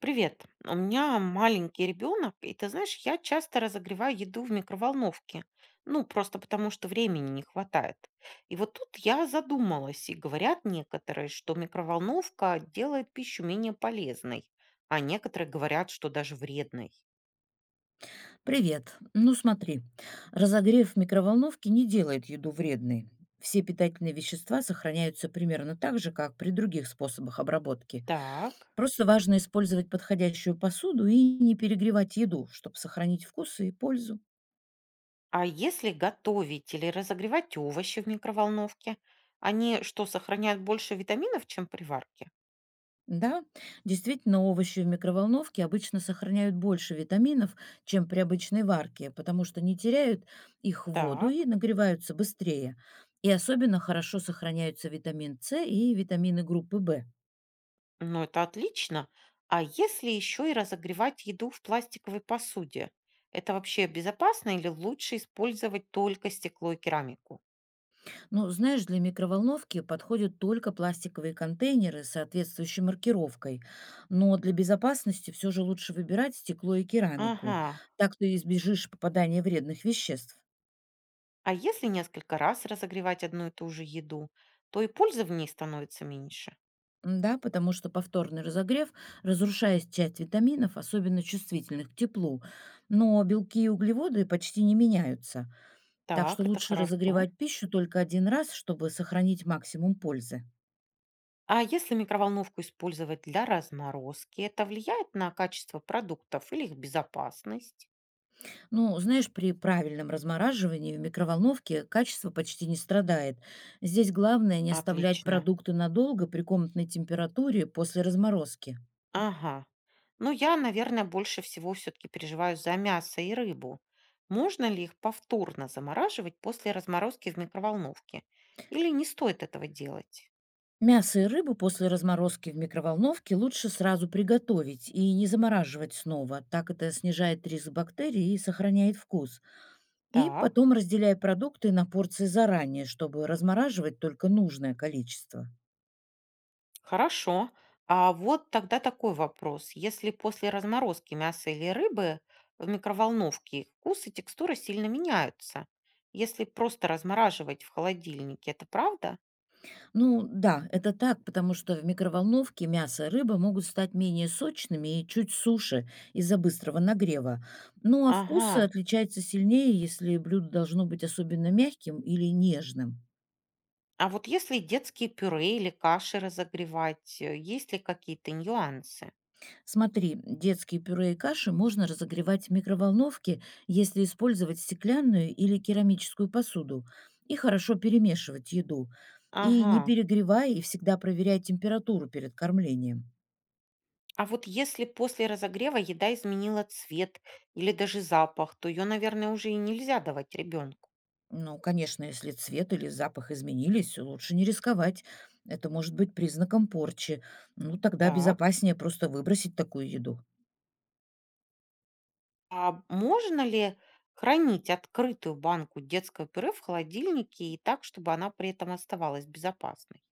Привет. У меня маленький ребенок, и ты знаешь, я часто разогреваю еду в микроволновке. Ну, просто потому что времени не хватает. И вот тут я задумалась, и говорят некоторые, что микроволновка делает пищу менее полезной, а некоторые говорят, что даже вредной. Привет. Ну смотри, разогрев микроволновки не делает еду вредной. Все питательные вещества сохраняются примерно так же, как при других способах обработки. Так. Просто важно использовать подходящую посуду и не перегревать еду, чтобы сохранить вкус и пользу. А если готовить или разогревать овощи в микроволновке, они что, сохраняют больше витаминов, чем при варке? Да, действительно, овощи в микроволновке обычно сохраняют больше витаминов, чем при обычной варке, потому что не теряют их воду Так. и нагреваются быстрее. И особенно хорошо сохраняются витамин С и витамины группы В. Ну, это отлично. А если еще и разогревать еду в пластиковой посуде? Это вообще безопасно или лучше использовать только стекло и керамику? Ну, знаешь, для микроволновки подходят только пластиковые контейнеры с соответствующей маркировкой, но для безопасности все же лучше выбирать стекло и керамику. Ага. Так ты избежишь попадания вредных веществ. А если несколько раз разогревать одну и ту же еду, то и пользы в ней становится меньше. Да, потому что повторный разогрев разрушает часть витаминов, особенно чувствительных к теплу. Но белки и углеводы почти не меняются. Так что Так, это лучше хорошо. разогревать пищу только один раз, чтобы сохранить максимум пользы. А если микроволновку использовать для разморозки, это влияет на качество продуктов или их безопасность? Ну, знаешь, при правильном размораживании в микроволновке качество почти не страдает. Здесь главное не оставлять Отлично. продукты надолго при комнатной температуре после разморозки. Ага. Ну, я, наверное, больше всего все-таки переживаю за мясо и рыбу. Можно ли их повторно замораживать после разморозки в микроволновке? Или не стоит этого делать? Мясо и рыбу после разморозки в микроволновке лучше сразу приготовить и не замораживать снова. Так это снижает риск бактерий и сохраняет вкус. И Так, потом разделяй продукты на порции заранее, чтобы размораживать только нужное количество. хорошо. А вот тогда такой вопрос. Если после разморозки мяса или рыбы в микроволновке их вкус и текстура сильно меняются, если просто размораживать в холодильнике, это правда? Ну да, это так, потому что в микроволновке мясо и рыба могут стать менее сочными и чуть суше из-за быстрого нагрева. Ну а вкус Ага. отличается сильнее, если блюдо должно быть особенно мягким или нежным. А вот если детские пюре или каши разогревать, есть ли какие-то нюансы? Смотри, детские пюре и каши можно разогревать в микроволновке, если использовать стеклянную или керамическую посуду, и хорошо перемешивать еду. И Ага. не перегревай, и всегда проверяй температуру перед кормлением. А вот если после разогрева еда изменила цвет или даже запах, то ее, наверное, уже и нельзя давать ребенку. Ну, конечно, если цвет или запах изменились, лучше не рисковать. Это может быть признаком порчи. Ну, тогда Так. безопаснее просто выбросить такую еду. А можно ли хранить открытую банку детского пюре в холодильнике и так, чтобы она при этом оставалась безопасной?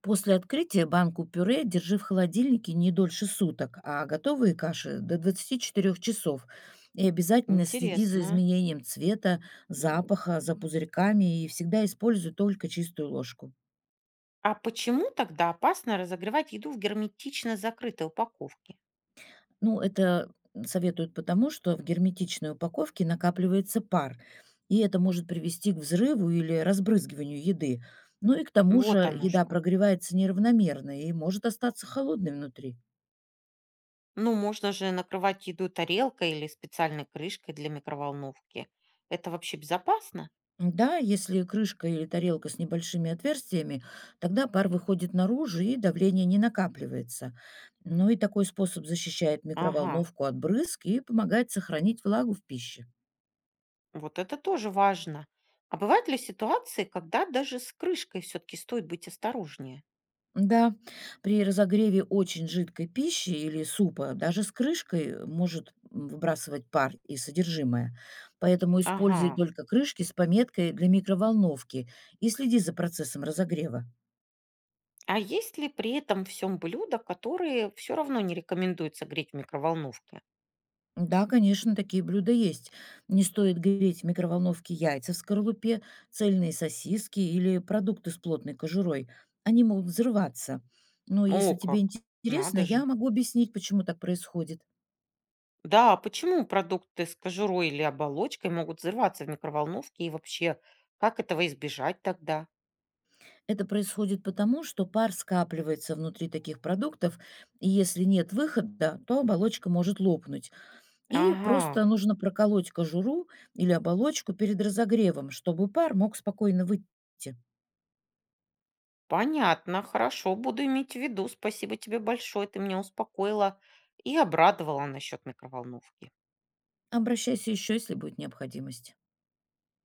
После открытия банку пюре держи в холодильнике не дольше суток, а готовые каши до 24 часов. И обязательно следи за Интересно. изменением цвета, запаха, за пузырьками и всегда используй только чистую ложку. А почему тогда опасно разогревать еду в герметично закрытой упаковке? Ну, это советуют потому, что в герметичной упаковке накапливается пар, и это может привести к взрыву или разбрызгиванию еды. Ну и к тому Вот же оно еда что. прогревается неравномерно и может остаться холодной внутри. Ну, можно же накрывать еду тарелкой или специальной крышкой для микроволновки. Это вообще безопасно? Да, если крышка или тарелка с небольшими отверстиями, тогда пар выходит наружу и давление не накапливается. Ну и такой способ защищает Ага, микроволновку от брызг и помогает сохранить влагу в пище. вот это тоже важно. А бывают ли ситуации, когда даже с крышкой все-таки стоит быть осторожнее? Да, при разогреве очень жидкой пищи или супа даже с крышкой может выбрасывать пар и содержимое. Поэтому используй Ага. только крышки с пометкой для микроволновки и следи за процессом разогрева. А есть ли при этом всем блюда, которые все равно не рекомендуется греть в микроволновке? Да, конечно, такие блюда есть. Не стоит греть в микроволновке яйца в скорлупе, цельные сосиски или продукты с плотной кожурой. Они могут взрываться. Но О, если как. тебе интересно, Надо я же. могу объяснить, почему так происходит. Да, а почему продукты с кожурой или оболочкой могут взрываться в микроволновке и вообще, как этого избежать тогда? Это происходит потому, что пар скапливается внутри таких продуктов, и если нет выхода, то оболочка может лопнуть. И Ага, просто нужно проколоть кожуру или оболочку перед разогревом, чтобы пар мог спокойно выйти. понятно, хорошо, буду иметь в виду. Спасибо тебе большое, ты меня успокоила и обрадовала насчет микроволновки. Обращайся еще, если будет необходимость.